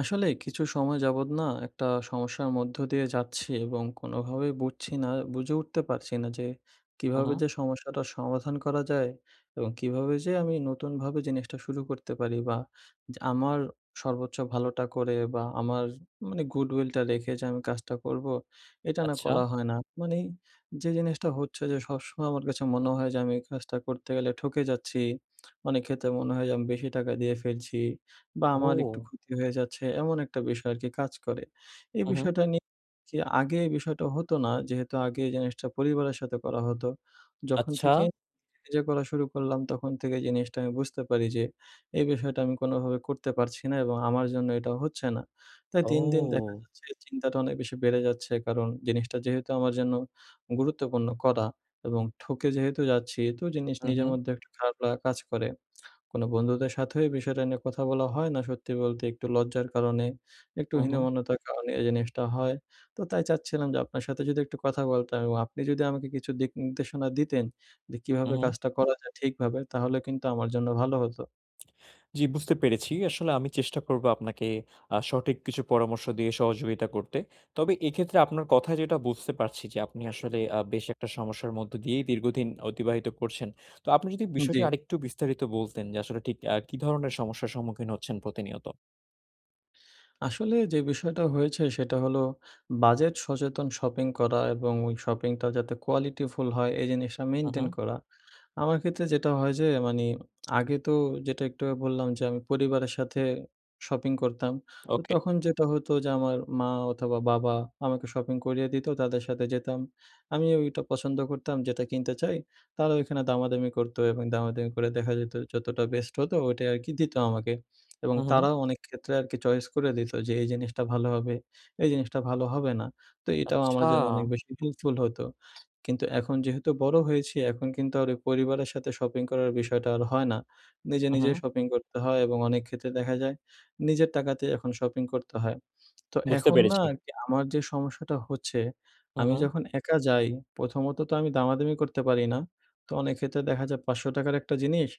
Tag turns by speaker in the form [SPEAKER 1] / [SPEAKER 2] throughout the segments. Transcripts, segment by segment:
[SPEAKER 1] আসলে কিছু সময় যাবত না একটা সমস্যার মধ্য দিয়ে যাচ্ছি এবং কোনোভাবেই বুঝছি না, বুঝে উঠতে পারছি না যে
[SPEAKER 2] হু,
[SPEAKER 1] কিভাবে
[SPEAKER 2] হু।
[SPEAKER 1] যে সমস্যাটার সমাধান করা যায় এবং কিভাবে যে আমি নতুনভাবে জিনিসটা শুরু করতে পারি, বা যে আমার সর্বোচ্চ ভালোটা করে বা আমার মানে goodwill টা রেখে যে আমি কাজটা করব, এটা না
[SPEAKER 2] আচ্ছা।
[SPEAKER 1] করা হয় না। মানে যে জিনিসটা হচ্ছে যে সবসময় আমার কাছে মনে হয় যে আমি এই কাজটা করতে গেলে ঠকে যাচ্ছি। অনেক ক্ষেত্রে মনে হয় যে আমি বেশি টাকা দিয়ে ফেলছি। বা আমার একটু
[SPEAKER 2] ও!
[SPEAKER 1] ক্ষতি হয়ে যাচ্ছে, এমন একটা বিষয় আরকি কাজ করে। এই
[SPEAKER 2] হু, হু।
[SPEAKER 1] বিষয়টা নিয়ে কি আগে এই বিষয়টা হতো না? যেহেতু আগে এই জিনিসটা পরিবারের সাথে করা হতো। যখন
[SPEAKER 2] আচ্ছা।
[SPEAKER 1] থেকে নিজে করা শুরু করলাম, তখন থেকে জিনিসটা আমি বুঝতে পারি যে এই বিষয়টা আমি কোনোভাবে করতে পারছি না এবং আমার জন্য এটা হচ্ছে না। তাই দিন, দিন দেখা
[SPEAKER 2] ও!
[SPEAKER 1] যাচ্ছে চিন্তাটা অনেক বেশি বেড়ে যাচ্ছে, কারণ জিনিসটা যেহেতু আমার জন্য গুরুত্বপূর্ণ করা এবং ঠকে যেহেতু যাচ্ছি, তো জিনিস
[SPEAKER 2] হু,
[SPEAKER 1] নিজের
[SPEAKER 2] হু,
[SPEAKER 1] মধ্যে একটা খারাপ লাগা কাজ করে। কোনো বন্ধুদের সাথেও এই বিষয়টা নিয়ে কথা বলা হয় না সত্যি বলতে। একটু লজ্জার কারণে, একটু
[SPEAKER 2] হু, হু,
[SPEAKER 1] হীনমন্যতার কারণে এই জিনিসটা হয়। তো তাই চাচ্ছিলাম যে আপনার সাথে যদি একটু কথা বলতাম এবং আপনি যদি আমাকে কিছু দিক নির্দেশনা দিতেন যে
[SPEAKER 2] হু,
[SPEAKER 1] কিভাবে
[SPEAKER 2] হু।
[SPEAKER 1] কাজটা করা যায় ঠিকভাবে, তাহলে কিন্তু আমার জন্য ভালো হতো।
[SPEAKER 2] জি, বুঝতে পেরেছি। আসলে আমি চেষ্টা করব আপনাকে সঠিক কিছু পরামর্শ দিয়ে সহযোগিতা করতে। তবে এক্ষেত্রে আপনার কথায় যেটা বুঝতে পারছি যে আপনি আসলে বেশ একটা সমস্যার মধ্য দিয়েই দীর্ঘদিন অতিবাহিত করছেন। তো আপনি যদি
[SPEAKER 1] জি,
[SPEAKER 2] বিষয়টি আরেকটু বিস্তারিত বলতেন যে আসলে ঠিক কি ধরনের সমস্যার সম্মুখীন হচ্ছেন প্রতিনিয়ত?
[SPEAKER 1] আসলে যে বিষয়টা হয়েছে সেটা হলো বাজেট সচেতন শপিং করা এবং ওই শপিংটা যাতে কোয়ালিটিফুল হয় এই জিনিসটা
[SPEAKER 2] হু, হু।
[SPEAKER 1] মেইনটেইন করা। আমার ক্ষেত্রে যেটা হয় যে মানি আগে তো, যেটা একটু আগে বললাম, যে আমি পরিবারের সাথে শপিং করতাম। তো
[SPEAKER 2] ওকে।
[SPEAKER 1] তখন যেটা হতো যে আমার মা অথবা বাবা আমাকে শপিং করিয়ে দিত। তাদের সাথে যেতাম। আমি ওইটা পছন্দ করতাম যেটা কিনতে চাই। তারা ওইখানে দামাদামি করতো এবং দামাদামি করে দেখা যেত যতটা বেস্ট হতো ওইটাই আরকি দিত আমাকে। এবং
[SPEAKER 2] হু, হু।
[SPEAKER 1] তারাও অনেক ক্ষেত্রে আরকি চয়েস করে দিত যে এই জিনিসটা ভালো হবে, এই জিনিসটা ভালো হবে না। তো এটাও আমার
[SPEAKER 2] আচ্ছা।
[SPEAKER 1] জন্য অনেক বেশি হেল্পফুল হতো। কিন্তু এখন যেহেতু বড় হয়েছি, এখন কিন্তু আর ওই পরিবারের সাথে শপিং করার বিষয়টা আর হয় না। নিজে,
[SPEAKER 2] হু, হু।
[SPEAKER 1] নিজে শপিং করতে হয় এবং অনেক ক্ষেত্রে দেখা যায় নিজের টাকাতেই এখন শপিং করতে হয়। তো
[SPEAKER 2] বুঝতে
[SPEAKER 1] এখন না
[SPEAKER 2] পেরেছি।
[SPEAKER 1] আরকি আমার যে সমস্যাটা হচ্ছে,
[SPEAKER 2] হু,
[SPEAKER 1] আমি
[SPEAKER 2] হু।
[SPEAKER 1] যখন একা যাই, প্রথমত তো আমি দামাদামি করতে পারি না। তো অনেক ক্ষেত্রে দেখা যায় ৳৫০০ র একটা জিনিস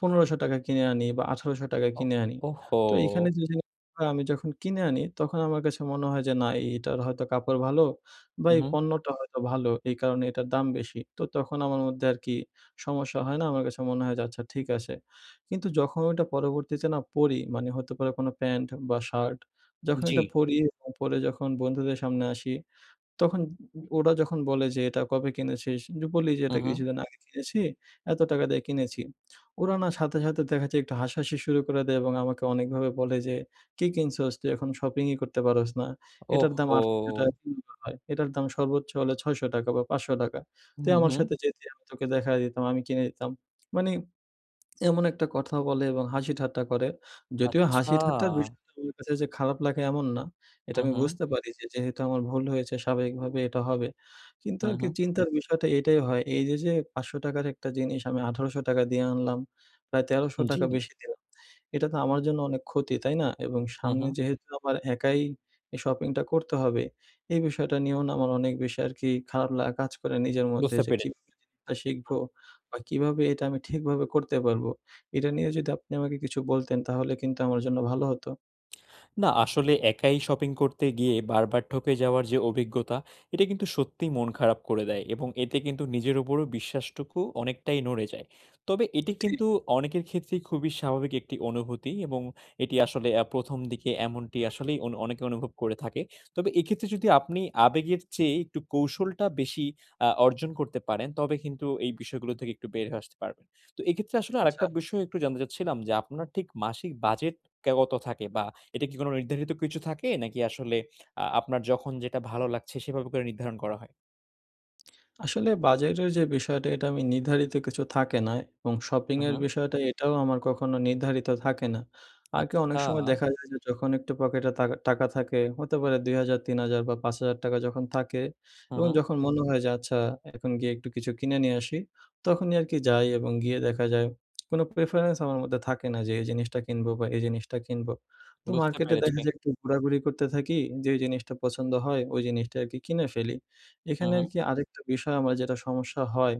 [SPEAKER 1] ৳১৫০০ কিনে আনি বা ৳১৮০০
[SPEAKER 2] ও
[SPEAKER 1] কিনে আনি।
[SPEAKER 2] ওহো!
[SPEAKER 1] তো এইখানে যে জিনিসগুলো আমি যখন কিনে আনি, তখন আমার কাছে মনে হয় যে, না, এটার হয়তো কাপড় ভালো বা
[SPEAKER 2] হু,
[SPEAKER 1] এই
[SPEAKER 2] হু।
[SPEAKER 1] পণ্যটা হয়তো ভালো, এই কারণে এটার দাম বেশি। তো তখন আমার মধ্যে আরকি সমস্যা হয় না। আমার কাছে মনে হয় যে আচ্ছা ঠিক আছে। কিন্তু যখন ওটা পরবর্তীতে না পড়ি, মানে হতে পারে কোনো প্যান্ট বা শার্ট, যখন
[SPEAKER 2] जी।
[SPEAKER 1] এটা পড়ি এবং পরে যখন বন্ধুদের সামনে আসি, তখন ওরা যখন বলে যে, "এটা কবে কিনেছিস?" যে বলি যে,
[SPEAKER 2] हुँ,
[SPEAKER 1] "এটা
[SPEAKER 2] हुँ।
[SPEAKER 1] কিছুদিন আগে কিনেছি, এত টাকা দিয়ে কিনেছি।" ওরা না সাথে, সাথে দেখা যায় একটু হাসাহাসি শুরু করে দেয় এবং আমাকে অনেকভাবে বলে যে, "কি কিনছোস? তুই এখন শপিংই করতে পারোস না। এটার দাম
[SPEAKER 2] ओहो!
[SPEAKER 1] ৳৮০০ কিভাবে হয়? এটার দাম সর্বোচ্চ হলে ৳৬০০ বা ৳৫০০।
[SPEAKER 2] হুম,
[SPEAKER 1] তুই আমার
[SPEAKER 2] হুম।
[SPEAKER 1] সাথে যেতি, আমি তোকে দেখায় দিতাম, আমি কিনে দিতাম।" মানে এমন একটা কথা বলে এবং হাসি-ঠাট্টা করে। যদিও
[SPEAKER 2] আচ্ছা।
[SPEAKER 1] হাসি-ঠাট্টার বিষয়টা আমার কাছে যে খারাপ লাগে এমন না। এটা
[SPEAKER 2] হুম,
[SPEAKER 1] আমি
[SPEAKER 2] হুম।
[SPEAKER 1] বুঝতে পারি যে যেহেতু আমার ভুল হয়েছে স্বাভাবিকভাবে এটা হবে। কিন্তু
[SPEAKER 2] হুম,
[SPEAKER 1] আরকি
[SPEAKER 2] হুম।
[SPEAKER 1] চিন্তার বিষয়টা এটাই হয়। এই যে, যে ৳৫০০ র একটা জিনিস আমি ৳১৮০০ দিয়ে আনলাম, প্রায় ৳১৩০০
[SPEAKER 2] জি।
[SPEAKER 1] বেশি দিলাম। এটা তো আমার জন্য অনেক ক্ষতি, তাই না? এবং
[SPEAKER 2] হুম,
[SPEAKER 1] সামনে
[SPEAKER 2] হুম।
[SPEAKER 1] যেহেতু আমার একাই এই শপিংটা করতে হবে, এই বিষয়টা নিয়েও না আমার অনেক বেশি আরকি খারাপ লাগা কাজ করে নিজের মধ্যে,
[SPEAKER 2] বুঝতে
[SPEAKER 1] যে
[SPEAKER 2] পেরেছি।
[SPEAKER 1] কিভাবে জিনিসটা শিখবো বা কিভাবে এটা আমি ঠিকভাবে করতে পারবো? এটা নিয়ে যদি আপনি আমাকে কিছু বলতেন তাহলে কিন্তু আমার জন্য ভালো হতো।
[SPEAKER 2] না, আসলে একাই শপিং করতে গিয়ে বারবার ঠকে যাওয়ার যে অভিজ্ঞতা, এটা কিন্তু সত্যিই মন খারাপ করে দেয় এবং এতে কিন্তু নিজের উপরও বিশ্বাসটুকু অনেকটাই নড়ে যায়। তবে এটি
[SPEAKER 1] ঠিক।
[SPEAKER 2] কিন্তু অনেকের ক্ষেত্রেই খুবই স্বাভাবিক একটি অনুভূতি এবং এটি আসলে ১ম দিকে এমনটি আসলেই অনেকে অনুভব করে থাকে। তবে এক্ষেত্রে যদি আপনি আবেগের চেয়ে একটু কৌশলটা বেশি অর্জন করতে পারেন, তবে কিন্তু এই বিষয়গুলো থেকে একটু বের হয়ে আসতে পারবেন। তো এক্ষেত্রে আসলে
[SPEAKER 1] আচ্ছা,
[SPEAKER 2] আরেকটা বিষয় একটু জানতে চাচ্ছিলাম যে, আপনার ঠিক মাসিক বাজেট কে কত থাকে বা এটা কি কোনো নির্ধারিত কিছু থাকে? নাকি আসলে আপনার যখন যেটা ভালো লাগছে সেভাবে করে নির্ধারণ করা হয়?
[SPEAKER 1] আসলে বাজেটের যে বিষয়টা এটা আমি নির্ধারিত কিছু থাকে না এবং শপিং
[SPEAKER 2] হু, হু।
[SPEAKER 1] এর বিষয়টা এটাও আমার কখনো নির্ধারিত থাকে না। আগে অনেক
[SPEAKER 2] আচ্ছা।
[SPEAKER 1] সময় দেখা যায় যে যখন একটু পকেটে টাকা টাকা থাকে, হতে পারে ২,০০০, ৩,০০০ বা ৫,০০০ টাকা যখন থাকে
[SPEAKER 2] হু,
[SPEAKER 1] এবং
[SPEAKER 2] হু।
[SPEAKER 1] যখন মনে হয় যে আচ্ছা এখন গিয়ে একটু কিছু কিনে নিয়ে আসি, তখনই আরকি যাই এবং গিয়ে দেখা যায় কোনো প্রেফারেন্স আমার মধ্যে থাকে না যে এই জিনিসটা কিনবো বা এই জিনিসটা কিনবো। তো
[SPEAKER 2] বুঝতে
[SPEAKER 1] মার্কেটে দেখা
[SPEAKER 2] পেরেছি।
[SPEAKER 1] যায় একটু ঘোরাঘুরি করতে থাকি, যেই জিনিসটা পছন্দ হয় ওই জিনিসটা আরকি কিনে ফেলি।
[SPEAKER 2] হু,
[SPEAKER 1] এখানে
[SPEAKER 2] হু,
[SPEAKER 1] আরকি আরেকটা বিষয় আমার যেটা সমস্যা হয়,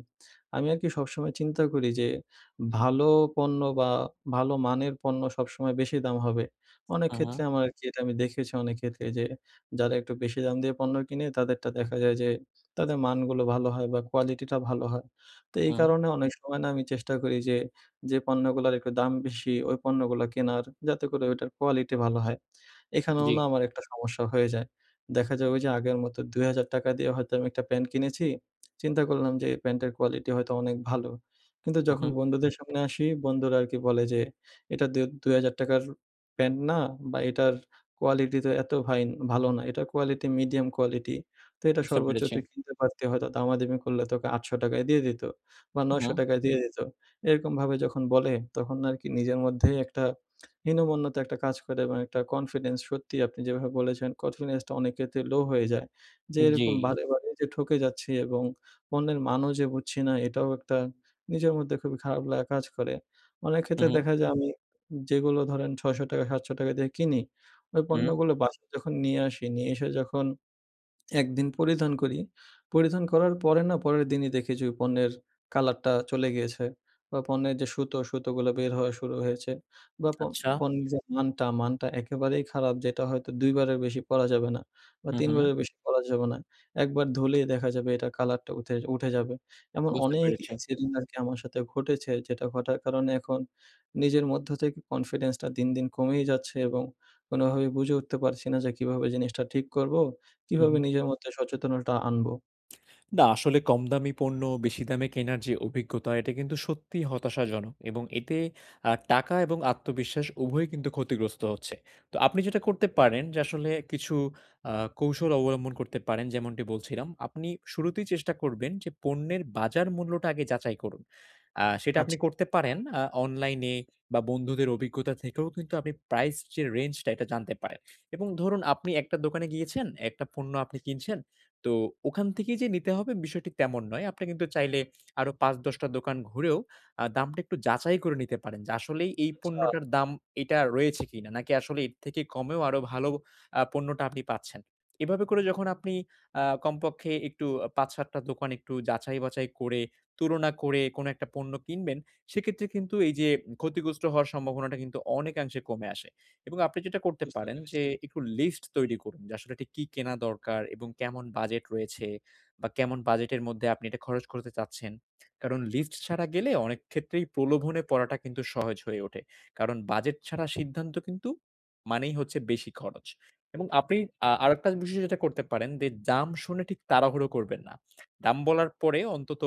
[SPEAKER 1] আমি আরকি সবসময় চিন্তা করি যে ভালো পণ্য বা ভালো মানের পণ্য সবসময় বেশি দাম হবে। অনেক
[SPEAKER 2] হু, হু,
[SPEAKER 1] ক্ষেত্রে আমার আরকি এটা আমি দেখেছি, অনেক ক্ষেত্রে যে যারা একটু বেশি দাম দিয়ে পণ্য কিনে তাদেরটা দেখা যায় যে তাদের মানগুলো ভালো হয় বা কোয়ালিটিটা ভালো হয়। তো এই
[SPEAKER 2] হু,
[SPEAKER 1] কারণে অনেক সময় না আমি চেষ্টা করি যে, যে পণ্যগুলার একটু দাম বেশি ওই পণ্যগুলা কেনার, যাতে করে ওইটার কোয়ালিটি ভালো হয়। এখানেও
[SPEAKER 2] জি।
[SPEAKER 1] না আমার একটা সমস্যা হয়ে যায়। দেখা যাবে যে আগের মতো ৳২,০০০ দিয়ে হয়তো আমি একটা প্যান্ট কিনেছি। চিন্তা করলাম যে এই প্যান্টের কোয়ালিটি হয়তো অনেক ভালো। কিন্তু
[SPEAKER 2] হু,
[SPEAKER 1] যখন
[SPEAKER 2] হু।
[SPEAKER 1] বন্ধুদের সামনে আসি, বন্ধুরা আরকি বলে যে, "এটা ৳২,০০০ র প্যান্ট না বা এটার কোয়ালিটি তো এত ভালো না। এটার কোয়ালিটি মিডিয়াম কোয়ালিটি। তো এটা
[SPEAKER 2] বুঝতে
[SPEAKER 1] সর্বোচ্চ
[SPEAKER 2] পেরেছি।
[SPEAKER 1] তুই কিনতে পারতি, হয়তো দামাদামি করলে তোকে ৳৮০০ য় দিয়ে দিত বা
[SPEAKER 2] হু,
[SPEAKER 1] ৳৯০০ য় দিয়ে দিত।" এরকমভাবে যখন বলে তখন আরকি নিজের মধ্যেই একটা হীনমন্যতা একটা কাজ করে এবং একটা কনফিডেন্স, সত্যিই আপনি যেভাবে বলেছেন, কনফিডেন্সটা অনেক ক্ষেত্রে লো হয়ে যায়। যে
[SPEAKER 2] জি।
[SPEAKER 1] এরকম হুম। বারে, বারে যে ঠকে যাচ্ছি এবং অন্যের মানও যে বুঝছি না, এটাও একটা নিজের মধ্যে খুবই খারাপ লাগা কাজ করে। অনেক
[SPEAKER 2] হু,
[SPEAKER 1] ক্ষেত্রে
[SPEAKER 2] হু,
[SPEAKER 1] দেখা যায় আমি যেগুলো ধরেন ৳৬০০ ৳৭০০ দিয়ে কিনি, ওই
[SPEAKER 2] হু।
[SPEAKER 1] পণ্যগুলো বাসায় যখন নিয়ে আসি, নিয়ে এসে যখন একদিন পরিধান করি। পরিধান করার পরে না পরের দিনই দেখি যে পণ্যের কালারটা চলে গিয়েছে বা পণ্যের যে সুতো, সুতোগুলো বের হওয়া শুরু হয়েছে বা
[SPEAKER 2] আচ্ছা।
[SPEAKER 1] পণ্যের যে মানটা, মানটা একেবারেই খারাপ, যেটা হয়তো ২ বারের বেশি পরা যাবে না বা
[SPEAKER 2] হু,
[SPEAKER 1] ৩
[SPEAKER 2] হু।
[SPEAKER 1] বারের বেশি পরা যাবে না। একবার ধুলেই দেখা যাবে এটা কালারটা উঠে উঠে যাবে। এমন
[SPEAKER 2] বুঝতে
[SPEAKER 1] অনেক
[SPEAKER 2] পেরেছি।
[SPEAKER 1] ইনসিডেন্ট আরকি আমার সাথে ঘটেছে যেটা ঘটার কারণে এখন নিজের মধ্য থেকে কনফিডেন্সটা দিন, দিন কমেই যাচ্ছে এবং কোনোভাবেই বুঝে উঠতে পারছি না যে কিভাবে জিনিসটা ঠিক করব।
[SPEAKER 2] হু,
[SPEAKER 1] কিভাবে
[SPEAKER 2] হু।
[SPEAKER 1] নিজের মধ্যে সচেতনতা আনবো?
[SPEAKER 2] না, আসলে কম দামি পণ্য বেশি দামে কেনার যে অভিজ্ঞতা, এটা কিন্তু সত্যিই হতাশাজনক এবং এতে টাকা এবং আত্মবিশ্বাস উভয়ই কিন্তু ক্ষতিগ্রস্ত হচ্ছে। তো আপনি যেটা করতে পারেন যে আসলে কিছু আ কৌশল অবলম্বন করতে পারেন যেমনটি বলছিলাম। আপনি শুরুতেই চেষ্টা করবেন যে পণ্যের বাজার মূল্যটা আগে যাচাই করুন। সেটা আপনি
[SPEAKER 1] আচ্ছা,
[SPEAKER 2] করতে পারেন অনলাইনে বা বন্ধুদের অভিজ্ঞতা থেকেও কিন্তু আপনি প্রাইস যে রেঞ্জটা এটা জানতে পারেন এবং ধরুন আপনি একটা দোকানে গিয়েছেন, একটা পণ্য আপনি কিনছেন তো ওখান থেকেই যে নিতে হবে বিষয়টি তেমন নয়। আপনি কিন্তু চাইলে আরো ৫-১০ টা দোকান ঘুরেও দামটা একটু যাচাই করে নিতে পারেন যে আসলেই এই
[SPEAKER 1] আচ্ছা
[SPEAKER 2] পণ্যটার দাম এটা রয়েছে কিনা? নাকি আসলে এর থেকে কমেও আরো ভালো পণ্যটা আপনি পাচ্ছেন। এভাবে করে যখন আপনি কমপক্ষে একটু ৫-৭ টা দোকান একটু যাচাই-বাছাই করে, তুলনা করে কোনো একটা পণ্য কিনবেন, সেক্ষেত্রে কিন্তু এই যে ক্ষতিগ্রস্ত হওয়ার সম্ভাবনাটা কিন্তু অনেকাংশে কমে আসে। এবং আপনি যেটা করতে
[SPEAKER 1] বুঝতে
[SPEAKER 2] পারেন যে
[SPEAKER 1] পেরেছি।
[SPEAKER 2] একটু লিস্ট তৈরি করুন যে আসলে ঠিক কি কেনা দরকার এবং কেমন বাজেট রয়েছে বা কেমন বাজেটের মধ্যে আপনি এটা খরচ করতে চাচ্ছেন। কারণ লিস্ট ছাড়া গেলে অনেক ক্ষেত্রেই প্রলোভনে পড়াটা কিন্তু সহজ হয়ে ওঠে। কারণ বাজেট ছাড়া সিদ্ধান্ত কিন্তু মানেই হচ্ছে বেশি খরচ। এবং আপনি আরেকটা বিষয় যেটা করতে পারেন যে দাম শুনে ঠিক তাড়াহুড়ো করবেন না। দাম বলার পরে অন্তত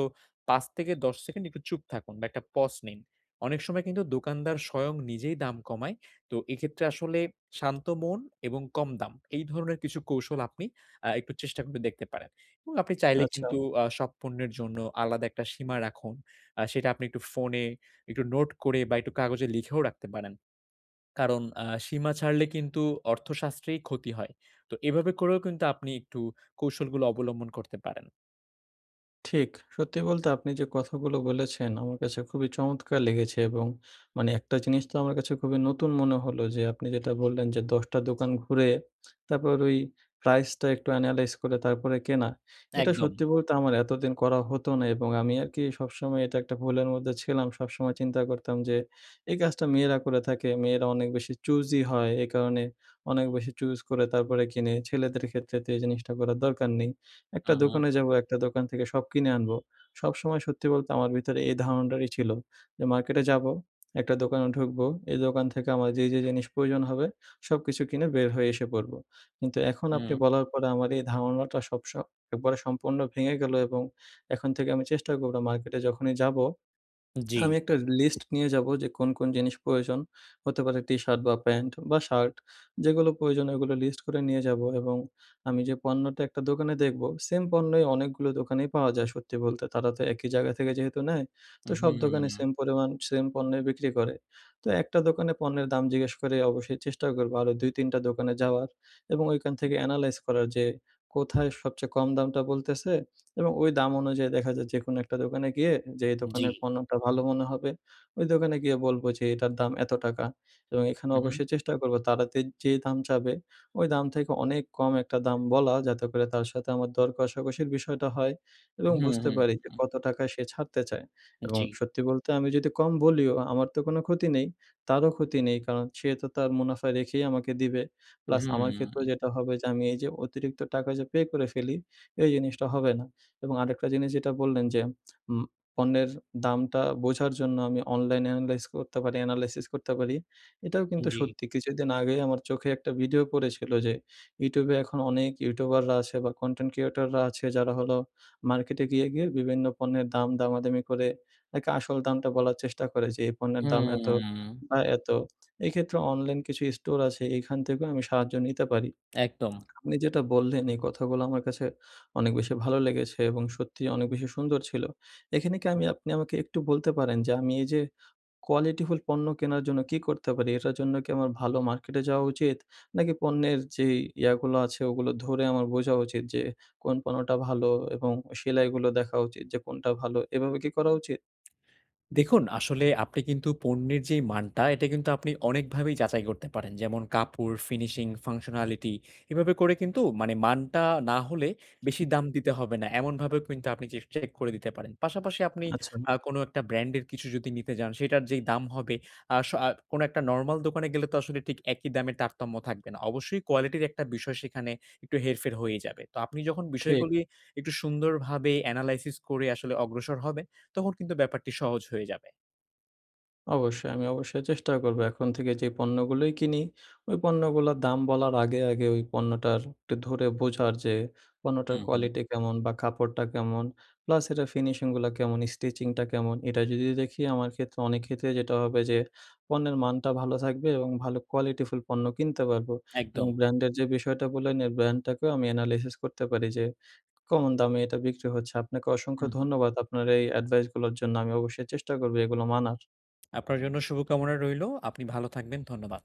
[SPEAKER 2] ৫ থেকে ১০ সেকেন্ড একটু চুপ থাকুন বা একটা পজ নিন। অনেক সময় কিন্তু দোকানদার স্বয়ং নিজেই দাম কমায়, তো এক্ষেত্রে আসলে শান্ত মন এবং কম দাম এই ধরনের কিছু কৌশল আপনি একটু চেষ্টা করে দেখতে পারেন। এবং আপনি চাইলে
[SPEAKER 1] আচ্ছা।
[SPEAKER 2] কিন্তু সব পণ্যের জন্য আলাদা একটা সীমা রাখুন। সেটা আপনি একটু ফোনে একটু নোট করে বা একটু কাগজে লিখেও রাখতে পারেন। কারণ সীমা ছাড়লে কিন্তু অর্থশাস্ত্রেই ক্ষতি হয়। তো এভাবে করেও কিন্তু আপনি একটু কৌশলগুলো অবলম্বন করতে পারেন।
[SPEAKER 1] ঠিক। সত্যি বলতে আপনি যে কথাগুলো বলেছেন আমার কাছে খুবই চমৎকার লেগেছে এবং মানে একটা জিনিস তো আমার কাছে খুবই নতুন মনে হলো যে, আপনি যেটা বললেন যে ১০ টা দোকান ঘুরে তারপর ওই প্রাইসটা একটু এনালাইজ করে তারপরে কেনা। এটা
[SPEAKER 2] একদম।
[SPEAKER 1] সত্যি বলতে আমার এতদিন করা হতো না এবং আমি আরকি সবসময় এটা একটা ভুলের মধ্যে ছিলাম। সবসময় চিন্তা করতাম যে এই কাজটা মেয়েরা করে থাকে। মেয়েরা অনেক বেশি চুজি হয়। এ কারণে অনেক বেশি চুজ করে তারপরে কিনে। ছেলেদের ক্ষেত্রে তো এই জিনিসটা করার দরকার নেই। একটা
[SPEAKER 2] হু, হু,
[SPEAKER 1] দোকানে যাবো, একটা দোকান থেকে সব কিনে আনবো। সবসময় সত্যি বলতে আমার ভিতরে এই ধারণাটাই ছিল, যে মার্কেটে যাবো, একটা দোকানে ঢুকবো, এই দোকান থেকে আমার যে, যে জিনিস প্রয়োজন হবে সবকিছু কিনে বের হয়ে এসে পড়বো। কিন্তু এখন আপনি
[SPEAKER 2] হুম।
[SPEAKER 1] বলার পরে আমার এই ধারণাটা সব স একবারে সম্পূর্ণ ভেঙে গেল এবং এখন থেকে আমি চেষ্টা করব মার্কেটে যখনই যাবো
[SPEAKER 2] জি।
[SPEAKER 1] আমি একটা লিস্ট নিয়ে যাব যে কোন, কোন জিনিস প্রয়োজন। হতে পারে টি-শার্ট বা প্যান্ট বা শার্ট, যেগুলো প্রয়োজন ওগুলো লিস্ট করে নিয়ে যাব এবং আমি যে পণ্যটা একটা দোকানে দেখব সেম পণ্যই অনেকগুলো দোকানেই পাওয়া যায় সত্যি বলতে। তারা তো একই জায়গা থেকে যেহেতু নেয়, তো সব দোকানে
[SPEAKER 2] হুম,
[SPEAKER 1] সেম পরিমাণ সেম পণ্যই বিক্রি করে। তো একটা দোকানে পণ্যের দাম জিজ্ঞেস করে অবশ্যই চেষ্টা করব আরো ২-৩ টা দোকানে যাওয়ার এবং ওইখান থেকে এনালাইজ করার যে কোথায় সবচেয়ে কম দামটা বলতেছে এবং ওই দাম অনুযায়ী দেখা যায় যেকোনো একটা দোকানে গিয়ে, যেই
[SPEAKER 2] জি।
[SPEAKER 1] দোকানের পণ্যটা ভালো মনে হবে, ওই দোকানে গিয়ে বলব যে এটার দাম এত টাকা। এবং এখানে
[SPEAKER 2] হু, হু,
[SPEAKER 1] অবশ্যই চেষ্টা করব তারা তে যে দাম চাবে ওই দাম থেকে অনেক কম একটা দাম বলা, যাতে করে তার সাথে আমার দর কষাকষির বিষয়টা হয় এবং
[SPEAKER 2] হুম,
[SPEAKER 1] বুঝতে
[SPEAKER 2] হুম,
[SPEAKER 1] পারি যে
[SPEAKER 2] হুম।
[SPEAKER 1] কত টাকায় সে ছাড়তে চায়। এবং
[SPEAKER 2] জি।
[SPEAKER 1] সত্যি বলতে আমি যদি কম বলিও আমার তো কোনো ক্ষতি নেই, তারও ক্ষতি নেই। কারণ সে তো তার মুনাফা রেখেই আমাকে দিবে। প্লাস আমার ক্ষেত্রেও
[SPEAKER 2] হুম,
[SPEAKER 1] যেটা হবে যে আমি এই যে অতিরিক্ত টাকা যে পে করে ফেলি এই জিনিসটা হবে না। এবং আরেকটা জিনিস যেটা বললেন যে, উম পণ্যের দামটা বোঝার জন্য আমি অনলাইন এনালাইজ করতে পারি এনালাইসিস করতে পারি। এটাও কিন্তু
[SPEAKER 2] জি।
[SPEAKER 1] সত্যি। কিছুদিন আগেই আমার চোখে একটা ভিডিও পড়েছিল যে, YouTube এ এখন অনেক ইউটিউবাররা আছে বা কনটেন্ট ক্রিয়েটররা আছে যারা হলো মার্কেটে গিয়ে, গিয়ে বিভিন্ন পণ্যের দাম দামাদামি করে একে আসল দামটা বলার চেষ্টা করে যে, এই পণ্যের দাম এত
[SPEAKER 2] হুম,
[SPEAKER 1] বা এত। এক্ষেত্রে অনলাইন কিছু স্টোর আছে, এখান থেকেও আমি সাহায্য নিতে পারি।
[SPEAKER 2] একদম।
[SPEAKER 1] আপনি যেটা বললেন এই কথাগুলো আমার কাছে অনেক বেশি ভালো লেগেছে এবং সত্যিই অনেক বেশি সুন্দর ছিল। এখানে কি আপনি আমাকে একটু বলতে পারেন যে আমি এই যে কোয়ালিটিফুল পণ্য কেনার জন্য কি করতে পারি? এটার জন্য কি আমার ভালো মার্কেটে যাওয়া উচিত? নাকি পণ্যের যেই ইয়াগুলো আছে ওগুলো ধরে আমার বোঝা উচিত যে কোন পণ্যটা ভালো এবং সেলাইগুলো দেখা উচিত যে কোনটা ভালো, এভাবে কি করা উচিত?
[SPEAKER 2] দেখুন, আসলে আপনি কিন্তু পণ্যের যেই মানটা, এটা কিন্তু আপনি অনেকভাবেই যাচাই করতে পারেন। যেমন কাপড়, ফিনিশিং, ফাংশনালিটি এভাবে করে কিন্তু মানে মানটা না হলে বেশি দাম দিতে হবে না। এমনভাবেও কিন্তু আপনি চেক করে দিতে পারেন। পাশাপাশি আপনি
[SPEAKER 1] আচ্ছা,
[SPEAKER 2] কোনো একটা ব্র্যান্ডের কিছু যদি নিতে যান, সেটার যেই দাম হবে আ স আ কোনো একটা নরমাল দোকানে গেলে তো আসলে ঠিক একই দামের তারতম্য থাকবে না। অবশ্যই কোয়ালিটির একটা বিষয় সেখানে একটু হেরফের হয়েই যাবে। তো আপনি যখন
[SPEAKER 1] ঠিক।
[SPEAKER 2] বিষয়গুলি একটু সুন্দরভাবে এনালাইসিস করে আসলে অগ্রসর হবেন তখন কিন্তু ব্যাপারটি সহজ হয়ে যাবে।
[SPEAKER 1] অবশ্যই, আমি অবশ্যই চেষ্টা করব। এখন থেকে যে পণ্যগুলোই কিনি, ওই পণ্যগুলোর দাম বলার আগে, আগে ওই পণ্যটার একটু ধরে বোঝার যে পণ্যটার
[SPEAKER 2] হুম, হুম।
[SPEAKER 1] কোয়ালিটি কেমন বা কাপড়টা কেমন, প্লাস এটার ফিনিশিং গুলা কেমন, স্টিচিং টা কেমন। এটা যদি দেখি আমার ক্ষেত্রে অনেক ক্ষেত্রে যেটা হবে যে পণ্যের মানটা ভালো থাকবে এবং ভালো কোয়ালিটিফুল পণ্য কিনতে পারবো। এবং
[SPEAKER 2] একদম।
[SPEAKER 1] ব্র্যান্ডের যে বিষয়টা বললেন, এর ব্র্যান্ডটাকেও আমি এনালাইসিস করতে পারি যে কমন দামে এটা বিক্রি হচ্ছে। আপনাকে অসংখ্য
[SPEAKER 2] হুম, হুম।
[SPEAKER 1] ধন্যবাদ আপনার এই অ্যাডভাইস গুলোর জন্য। আমি অবশ্যই চেষ্টা করব এগুলো মানার।
[SPEAKER 2] আপনার জন্য শুভকামনা রইলো। আপনি ভালো থাকবেন। ধন্যবাদ।